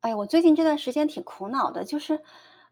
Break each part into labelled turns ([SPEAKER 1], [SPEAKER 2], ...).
[SPEAKER 1] 哎呀我最近这段时间挺苦恼的，就是，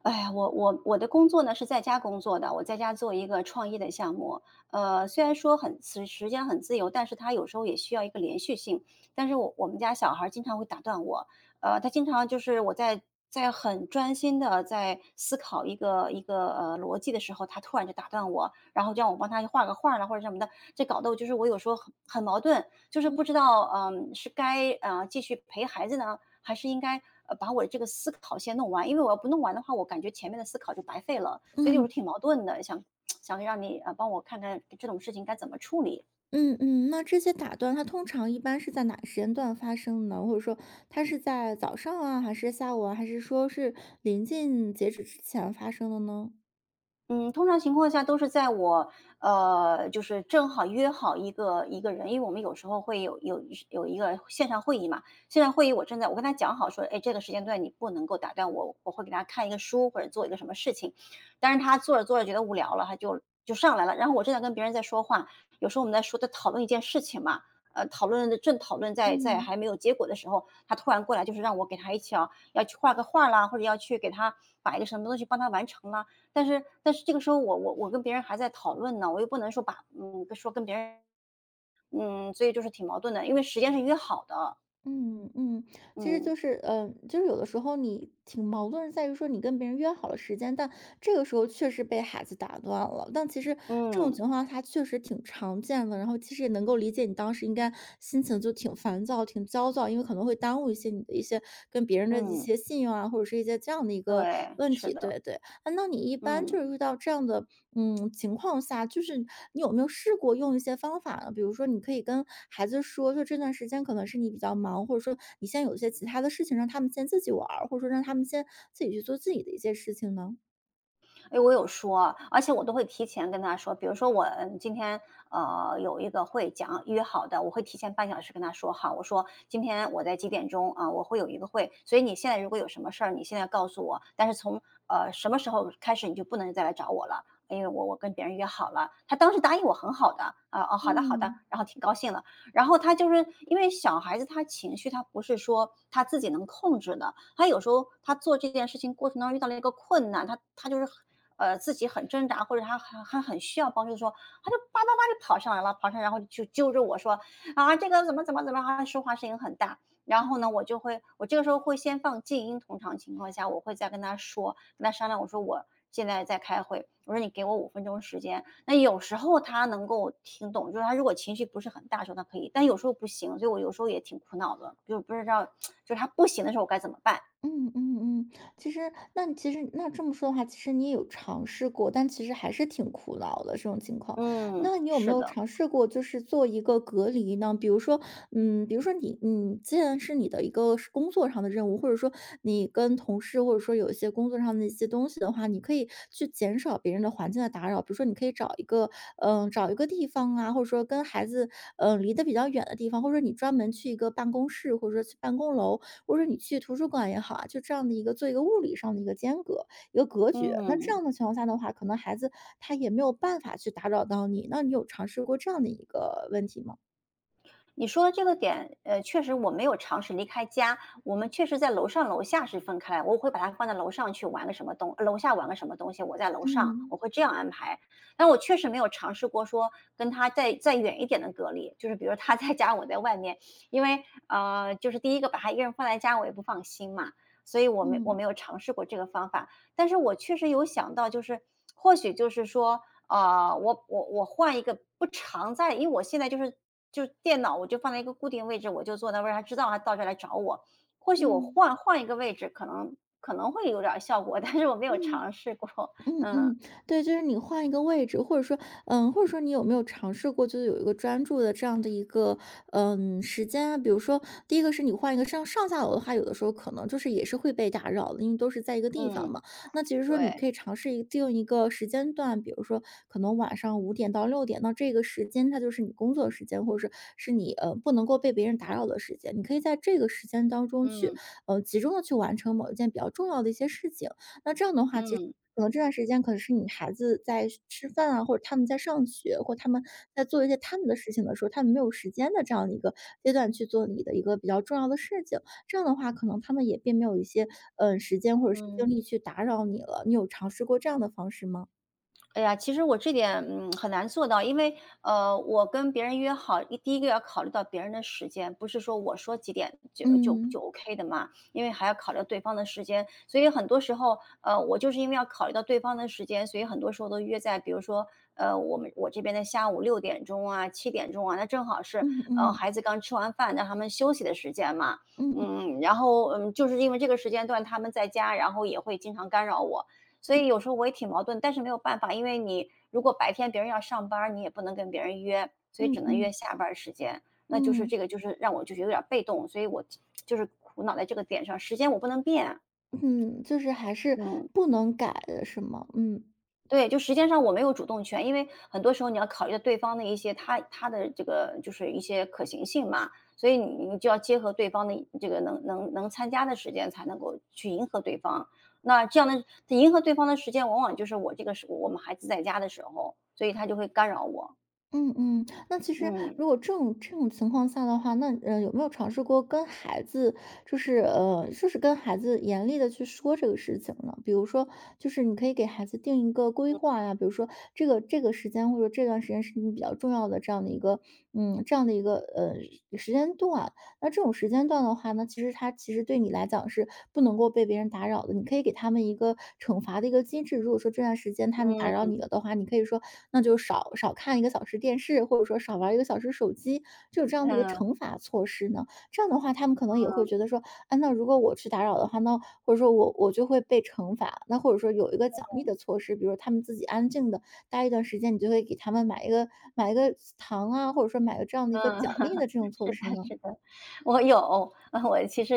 [SPEAKER 1] 哎呀，我的工作呢是在家工作的，我在家做一个创意的项目。虽然说时间很自由，但是它有时候也需要一个连续性。但是我们家小孩儿经常会打断我。他经常就是我在很专心的在思考一个逻辑的时候，他突然就打断我，然后就让我帮他画个画儿啦或者什么的，这搞得我就是我有时候很矛盾，就是不知道是该继续陪孩子呢，还是应该把我的这个思考先弄完，因为我要不弄完的话，我感觉前面的思考就白费了，所以就是
[SPEAKER 2] 嗯
[SPEAKER 1] 挺矛盾的，想让你帮我看看这种事情该怎么处理。
[SPEAKER 2] 嗯嗯，那这些打断它通常一般是在哪个时间段发生呢？或者说它是在早上啊，还是下午啊，还是说是临近截止之前发生的呢？
[SPEAKER 1] 嗯，通常情况下都是在我，就是正好约好一个人，因为我们有时候会有一个线上会议嘛。线上会议我正在我跟他讲好说，哎，这个时间段你不能够打断我，我会给他看一个书或者做一个什么事情。但是他做着做着觉得无聊了，他就上来了，然后我正在跟别人在说话。有时候我们在说讨论一件事情嘛。讨论的正讨论
[SPEAKER 2] 嗯
[SPEAKER 1] 还没有结果的时候，他突然过来就是让我给他一起啊，要去画个画啦，或者要去给他把一个什么东西帮他完成啦。但是这个时候我跟别人还在讨论呢，我又不能说把说跟别人。所以就是挺矛盾的，因为时间是约好的。
[SPEAKER 2] 嗯嗯，其实
[SPEAKER 1] 嗯
[SPEAKER 2] 就是，就是有的时候你挺矛盾，在于说你跟别人约好了时间，但这个时候确实被孩子打断了。但其实这种
[SPEAKER 1] 嗯
[SPEAKER 2] 情况它确实挺常见的，然后其实也能够理解你当时应该心情就挺烦躁、挺焦躁，因为可能会耽误一些你的一些跟别人的一
[SPEAKER 1] 嗯，
[SPEAKER 2] 些信用啊，或者是一些这样的一个
[SPEAKER 1] 对，
[SPEAKER 2] 问
[SPEAKER 1] 是
[SPEAKER 2] 题。
[SPEAKER 1] 的，
[SPEAKER 2] 对对。哎，那你一般就是
[SPEAKER 1] 嗯。
[SPEAKER 2] 遇到这样的，情况下，就是你有没有试过用一些方法呢？比如说，你可以跟孩子说，就这段时间可能是你比较忙，或者说你现在有一些其他的事情，让他们先自己玩儿，或者说让他们先自己去做自己的一些事情呢？
[SPEAKER 1] 哎，我有说，而且我都会提前跟他说。比如说我今天有一个会讲约好的，我会提前半小时跟他说好，我说今天我在几点钟啊、我会有一个会，所以你现在如果有什么事儿，你现在告诉我，但是从什么时候开始你就不能再来找我了。因为我跟别人约好了，他当时答应我很好的，啊、哦好的好的，
[SPEAKER 2] 嗯。
[SPEAKER 1] 然后挺高兴的。然后他就是因为小孩子他情绪他不是说他自己能控制的，他有时候他做这件事情过程当中遇到了一个困难，他就是自己很挣扎，或者他还很需要帮助的时候，他就叭叭叭就跑上来了，跑上来然后就揪着我说啊这个怎么怎么怎么，他说话声音很大。然后呢，
[SPEAKER 2] 嗯。
[SPEAKER 1] 我就会我这个时候会先放静音。通常情况下我会再跟他说，跟他商量，我说我现在开会，我说你给我五分钟时间。那有时候他能够听懂，就是他如果情绪不是很大的时候，他可以，但有时候不行。所以我有时候也挺苦恼的，就是不知道，就是他不行的时候我该怎么办。
[SPEAKER 2] 嗯嗯嗯，其实那这么说的话，其实你也有尝试过，但其实还是挺苦恼的这种情况。
[SPEAKER 1] 嗯，
[SPEAKER 2] 那你有没
[SPEAKER 1] 是
[SPEAKER 2] 有
[SPEAKER 1] 的，
[SPEAKER 2] 尝试过，就是做一个隔离呢？比如说，比如说你，你既然是你的一个是工作上的任务，或者说你跟同事，或者说有一些工作上的一些东西的话，你可以去减少别人的环境的打扰。比如说，你可以找一个，找一个地方啊，或者说跟孩子，离得比较远的地方，或者说你专门去一个办公室，或者说去办公楼，或者说你去图书馆也好啊，就这样的一个做一个物理上的一个间隔。一个格局，那这
[SPEAKER 1] 嗯。
[SPEAKER 2] 样的情况下的话，可能孩子他也没有办法去打扰到你。那你有尝试过这样的一个问题吗？
[SPEAKER 1] 你说的这个点，确实我没有尝试离开家。我们确实在楼上楼下是分开来，我会把它放在楼上去玩个什么楼下玩个什么东西，我在楼上，
[SPEAKER 2] 嗯
[SPEAKER 1] 我会这样安排。但我确实没有尝试过说跟他在远一点的隔离，就是比如他在家，我在外面，因为就是第一个把他一个人放在家，我也不放心嘛，所以我
[SPEAKER 2] 嗯
[SPEAKER 1] 没有尝试过这个方法。但是我确实有想到，就是或许就是说，啊，我换一个不常在。因为我现在就是就电脑，我就放在一个固定位置，我就坐那位置，他知道他到这来找我。或许我
[SPEAKER 2] 嗯
[SPEAKER 1] 换一个位置，可能会有点儿效果，但是我没有
[SPEAKER 2] 嗯。
[SPEAKER 1] 尝试过。
[SPEAKER 2] 嗯
[SPEAKER 1] 嗯
[SPEAKER 2] 嗯，对，就是你换一个位置，或者说，或者说你有没有尝试过，就是有一个专注的这样的一个，时间啊？比如说，第一个是你换一个上下楼的话，有的时候可能就是也是会被打扰的，因为都是在一个地方
[SPEAKER 1] 嗯，
[SPEAKER 2] 嘛。那其实说你可
[SPEAKER 1] 对，
[SPEAKER 2] 以尝试一定一个时间段，比如说可能晚上5点到6点，那这个时间它就是你工作时间，或者是你不能够被别人打扰的时间，你可以在这个时间当中去，
[SPEAKER 1] 嗯
[SPEAKER 2] 集中的去完成某一件比较重要的一些事情。那这样的话，其实。
[SPEAKER 1] 嗯
[SPEAKER 2] 可能这段时间可能是你孩子在吃饭啊，或者他们在上学，或他们在做一些他们的事情的时候，他们没有时间的这样的一个阶段去做你的一个比较重要的事情。这样的话，可能他们也并没有一些时间或者是
[SPEAKER 1] 嗯。
[SPEAKER 2] 精力去打扰你了。你有尝试过这样的方式吗？
[SPEAKER 1] 哎呀，其实我这点，很难做到。因为，我跟别人约好，第一个要考虑到别人的时间，不是说我说几点就就
[SPEAKER 2] 嗯
[SPEAKER 1] 就 OK 的嘛。因为还要考虑到对方的时间，所以很多时候，我就是因为要考虑到对方的时间，所以很多时候都约在，比如说，我这边的下午六点钟啊、七点钟啊，那正好是，
[SPEAKER 2] 嗯
[SPEAKER 1] 孩
[SPEAKER 2] 嗯
[SPEAKER 1] 子刚吃完饭，让他们休息的时间嘛。
[SPEAKER 2] 嗯嗯
[SPEAKER 1] 然后，就是因为这个时间段他们在家，然后也会经常干扰我。所以有时候我也挺矛盾，但是没有办法，因为你如果白天别人要上班儿，你也不能跟别人约，所以只
[SPEAKER 2] 嗯
[SPEAKER 1] 能
[SPEAKER 2] 嗯
[SPEAKER 1] 约下班儿时间。那就是这
[SPEAKER 2] 嗯
[SPEAKER 1] 个，就是让我就是有点儿被动，所以我就是苦恼在这个点上，时间我不能变。
[SPEAKER 2] 嗯，就是还是
[SPEAKER 1] 嗯。
[SPEAKER 2] 不能改的是吗？嗯。
[SPEAKER 1] 对，就时间上我没有主动权，因为很多时候你要考虑到对方的一些他的这个就是一些可行性嘛，所以你就要结合对方的这个能参加的时间，才能够去迎合对方。那这样的迎合对方的时间，往往就是我这个时我们孩子在家的时候，所以他就会干扰我。
[SPEAKER 2] 嗯嗯，那其实
[SPEAKER 1] 嗯
[SPEAKER 2] 如果这种情况下的话，那有没有尝试过跟孩子，就是跟孩子严厉的去说这个事情呢？比如说，就是你可以给孩子定一个规划呀，比如说这个时间或者这段时间是你比较重要的这样的一个这样的一个时间段，那这种时间段的话呢，其实他其实对你来讲是不能够被别人打扰的，你可以给他们一个惩罚的一个机制。如果说这段时间他们打扰你了的话，你可以说那就少看一个小时电视，或者说少玩一个小时手机，就有这样的一个
[SPEAKER 1] 嗯
[SPEAKER 2] 惩罚措施呢。这样的话，他们可能也会觉得说，啊，那如果我去打扰的话，那或者说我就会被惩罚，那或者说有一个奖励的措施，比如他们自己安静的待一段时间，你就会给他们买一个糖啊，或者说买个这样的一个
[SPEAKER 1] 嗯，
[SPEAKER 2] 奖励的这种 措
[SPEAKER 1] 是
[SPEAKER 2] 施
[SPEAKER 1] 的
[SPEAKER 2] 呢？
[SPEAKER 1] 是的，我有。我其实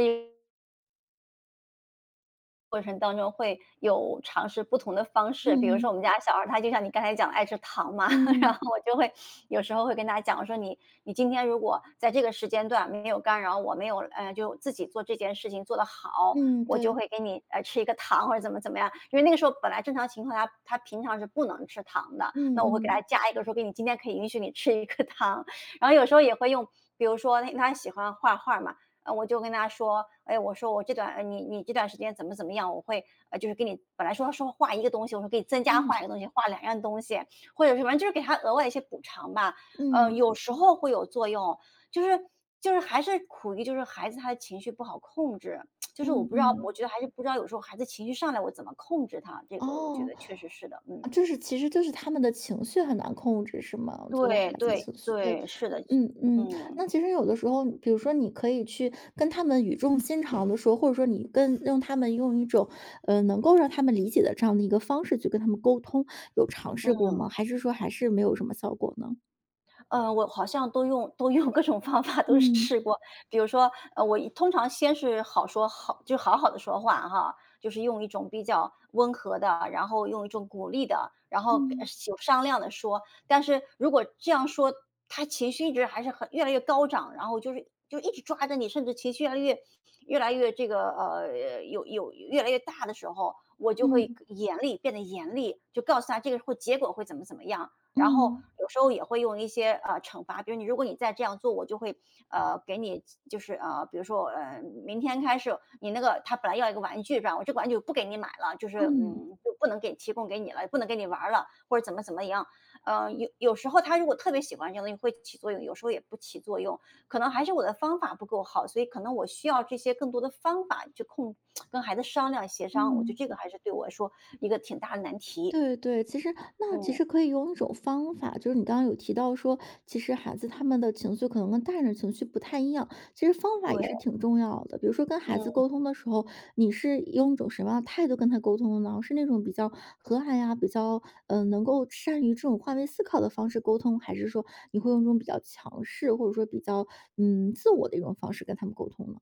[SPEAKER 1] 过程当中会有尝试不同的方式。比如说
[SPEAKER 2] 嗯
[SPEAKER 1] 我们家小孩儿，他就像你刚才讲的爱吃糖嘛。然后
[SPEAKER 2] 嗯
[SPEAKER 1] 我就会有时候会跟他讲，我说你今天如果在这个时间段没有干扰我，没有就自己做这件事情做得好，
[SPEAKER 2] 嗯，
[SPEAKER 1] 我就
[SPEAKER 2] 对，
[SPEAKER 1] 会给你吃一个糖或者怎么怎么样。因为那个时候本来正常情况下他平常是不能吃糖的，
[SPEAKER 2] 嗯
[SPEAKER 1] 那我会给他
[SPEAKER 2] 嗯
[SPEAKER 1] 加一个说给你今天可以允许你吃一个糖。然后有时候也会用，比如说他喜欢画画嘛。我就跟他说，哎，我说我这段呃你你这段时间怎么怎么样，我会就是给你本来说画一个东西，我说给你增加画一
[SPEAKER 2] 嗯
[SPEAKER 1] 个东西，画两样东西，或者是反正就是给他额外一些补偿吧。
[SPEAKER 2] 嗯
[SPEAKER 1] 有时候会有作用。就是还是苦于就是孩子他的情绪不好控制，就是我
[SPEAKER 2] 嗯
[SPEAKER 1] 不知道，我
[SPEAKER 2] 嗯，
[SPEAKER 1] 觉得还是不知道有时候孩子情绪上来我怎么控制他。这个我觉
[SPEAKER 2] 哦，
[SPEAKER 1] 得确实是的，嗯，
[SPEAKER 2] 啊就是其实就是他们的情绪很难控制，是吗？就是孩
[SPEAKER 1] 对
[SPEAKER 2] 子
[SPEAKER 1] 对
[SPEAKER 2] 情绪，对，
[SPEAKER 1] 对，是的，
[SPEAKER 2] 嗯
[SPEAKER 1] 嗯
[SPEAKER 2] 嗯。
[SPEAKER 1] 嗯。
[SPEAKER 2] 那其实有的时候，比如说你可以去跟他们语重心长的说，或者说你跟用他们用一种能够让他们理解的这样的一个方式去跟他们沟通，有尝试过吗？还是说还是没有什么效果呢？
[SPEAKER 1] 我好像都用各种方法都
[SPEAKER 2] 嗯
[SPEAKER 1] 试过。比如说，我通常先是好说好，就好好的说话哈，就是用一种比较温和的，然后用一种鼓励的，然后
[SPEAKER 2] 嗯
[SPEAKER 1] 有商量的说。但是如果这样说，他情绪一直还是越来越高涨，然后就一直抓着你，甚至情绪越来越越来越这个呃有有越来越大的时候，我就会
[SPEAKER 2] 嗯
[SPEAKER 1] 严厉变得严厉，就告诉他这个结果会怎么怎么样。然后
[SPEAKER 2] 嗯
[SPEAKER 1] 有时候也会用一些惩罚，比如你如果你再这样做，我就会给你就是比如说明天开始你那个他本来要一个玩具是吧，我这个玩具不给你买了，
[SPEAKER 2] 嗯
[SPEAKER 1] 就不能给提供给你了，不能给你玩儿了，或者怎么怎么样。有时候他如果特别喜欢这样东西会起作用，有时候也不起作用，可能还是我的方法不够好，所以可能我需要这些更多的方法去跟孩子商量协商。我觉得
[SPEAKER 2] 嗯。
[SPEAKER 1] 这个还是对我来说一个挺大的难题。
[SPEAKER 2] 对对，其实那其
[SPEAKER 1] 嗯，
[SPEAKER 2] 实可以用一种方法，就是你刚刚有提到说，其实孩子他们的情绪可能跟大人的情绪不太一样，其实方法也
[SPEAKER 1] 对，
[SPEAKER 2] 是挺重要的。比如说跟孩子
[SPEAKER 1] 嗯。
[SPEAKER 2] 沟通的时候，你是用一种什么样的态度跟他沟通呢？是那种比较和蔼呀、比较能够善于这种换位思考的方式沟通，还是说你会用这种比较强势或者说比较自我的一种方式跟他们沟通呢？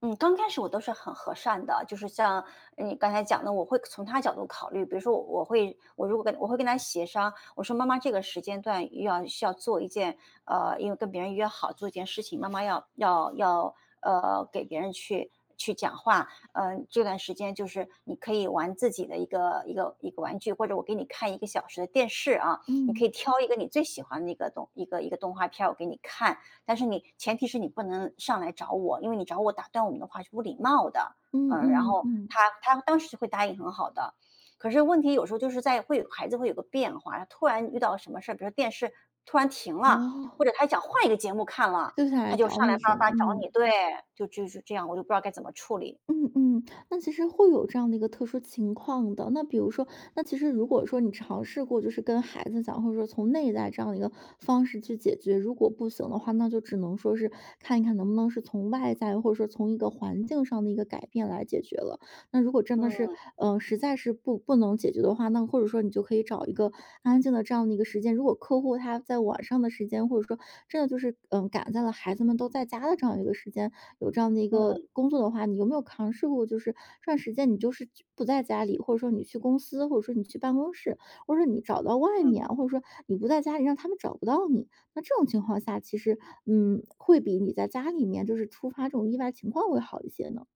[SPEAKER 1] 嗯，刚开始我都是很和善的，就是像你刚才讲的，我会从他角度考虑。比如说我，我如果会跟他协商，我说妈妈这个时间段需要做一件因为跟别人约好做一件事情，妈妈要给别人去讲话。嗯，这段时间就是你可以玩自己的一个玩具，或者我给你看一个小时的电视啊，你
[SPEAKER 2] 嗯
[SPEAKER 1] 可以挑一个你最喜欢的一个动画片儿，我给你看。但是你前提是你不能上来找我，因为你找我打断我们的话是不礼貌的。
[SPEAKER 2] 嗯
[SPEAKER 1] 嗯，然
[SPEAKER 2] 嗯
[SPEAKER 1] 后
[SPEAKER 2] 嗯，
[SPEAKER 1] 他当时会答应很好的，可是问题有时候就是在会有孩子会有个变化，他突然遇到什么事儿，比如说电视突然停了，
[SPEAKER 2] 哦，
[SPEAKER 1] 或者他想换一个节目看了，
[SPEAKER 2] 就想
[SPEAKER 1] 他
[SPEAKER 2] 来
[SPEAKER 1] 就
[SPEAKER 2] 找
[SPEAKER 1] 上来
[SPEAKER 2] 你什
[SPEAKER 1] 叭
[SPEAKER 2] 么？
[SPEAKER 1] 叭叭找
[SPEAKER 2] 嗯。
[SPEAKER 1] 你，对，就这样，我就不知道该怎么处理。
[SPEAKER 2] 嗯嗯，那其实会有这样的一个特殊情况的。那比如说，那其实如果说你尝试过，就是跟孩子讲，或者说从内在这样的一个方式去解决，如果不行的话，那就只能说是看一看能不能是从外在，或者说从一个环境上的一个改变来解决了。那如果真的是，
[SPEAKER 1] 嗯
[SPEAKER 2] 实在是不能解决的话，那或者说你就可以找一个安静的这样的一个时间。如果客户他在晚上的时间，或者说真的就是，赶在了孩子们都在家的这样一个时间，有这样的一个
[SPEAKER 1] 嗯
[SPEAKER 2] 工作的话，你有没有尝试过，就是这段时间你就是去不在家里，或者说你去公司，或者说你去办公室，或者说你找到外
[SPEAKER 1] 嗯。
[SPEAKER 2] 面，或者说你不在家里，让他们找不到你。那这种情况下，其实，会比你在家里面就是突发这种意外情况会好一些呢。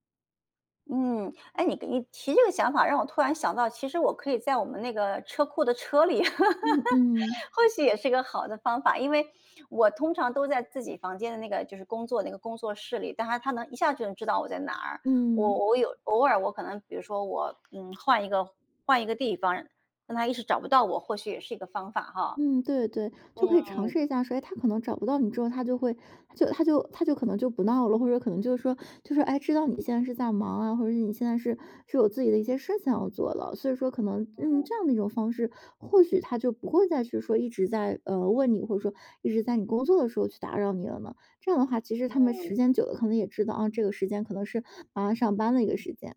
[SPEAKER 1] 嗯，哎，你提这个想法，让我突然想到，其实我可以在我们那个车库的车里。
[SPEAKER 2] 嗯嗯。
[SPEAKER 1] 或许也是个好的方法。因为我通常都在自己房间的那个就是工作室里，但他能一下就能知道我在哪儿。
[SPEAKER 2] 嗯，
[SPEAKER 1] 我我有偶尔我可能比如说我换一个地方，让他一时找不到我，或许也是一个方法哈。
[SPEAKER 2] 嗯，对对，就可以尝
[SPEAKER 1] 嗯，
[SPEAKER 2] 试一下说，哎，他可能找不到你之后，他就会，他就可能就不闹了，或者可能就是说，就是哎，知道你现在是在忙啊，或者是你现在是有自己的一些事情要做了，所以说可能这样的一种方式，或许他就不会再去说一直在问你，或者说一直在你工作的时候去打扰你了呢。这样的话，其实他们时间久了，可能也知道啊，这个时间可能是马上上班的一个时间。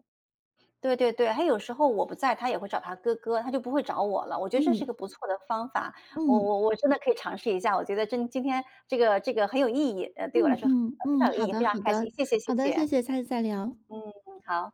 [SPEAKER 1] 对对对，还有时候我不在，他也会找他哥哥，他就不会找我了。我觉得这是
[SPEAKER 2] 嗯
[SPEAKER 1] 一个不错的方法，我
[SPEAKER 2] 嗯
[SPEAKER 1] 我我真的可以尝试一下。我觉得今天这个很有意义，对我来
[SPEAKER 2] 嗯
[SPEAKER 1] 说，
[SPEAKER 2] 嗯
[SPEAKER 1] 非
[SPEAKER 2] 嗯，
[SPEAKER 1] 常有意
[SPEAKER 2] 好
[SPEAKER 1] 义，
[SPEAKER 2] 的
[SPEAKER 1] 非常
[SPEAKER 2] 好
[SPEAKER 1] 开心，
[SPEAKER 2] 的
[SPEAKER 1] 谢谢谢
[SPEAKER 2] 好的，谢
[SPEAKER 1] 谢。
[SPEAKER 2] 谢，下次再聊。
[SPEAKER 1] 嗯，好。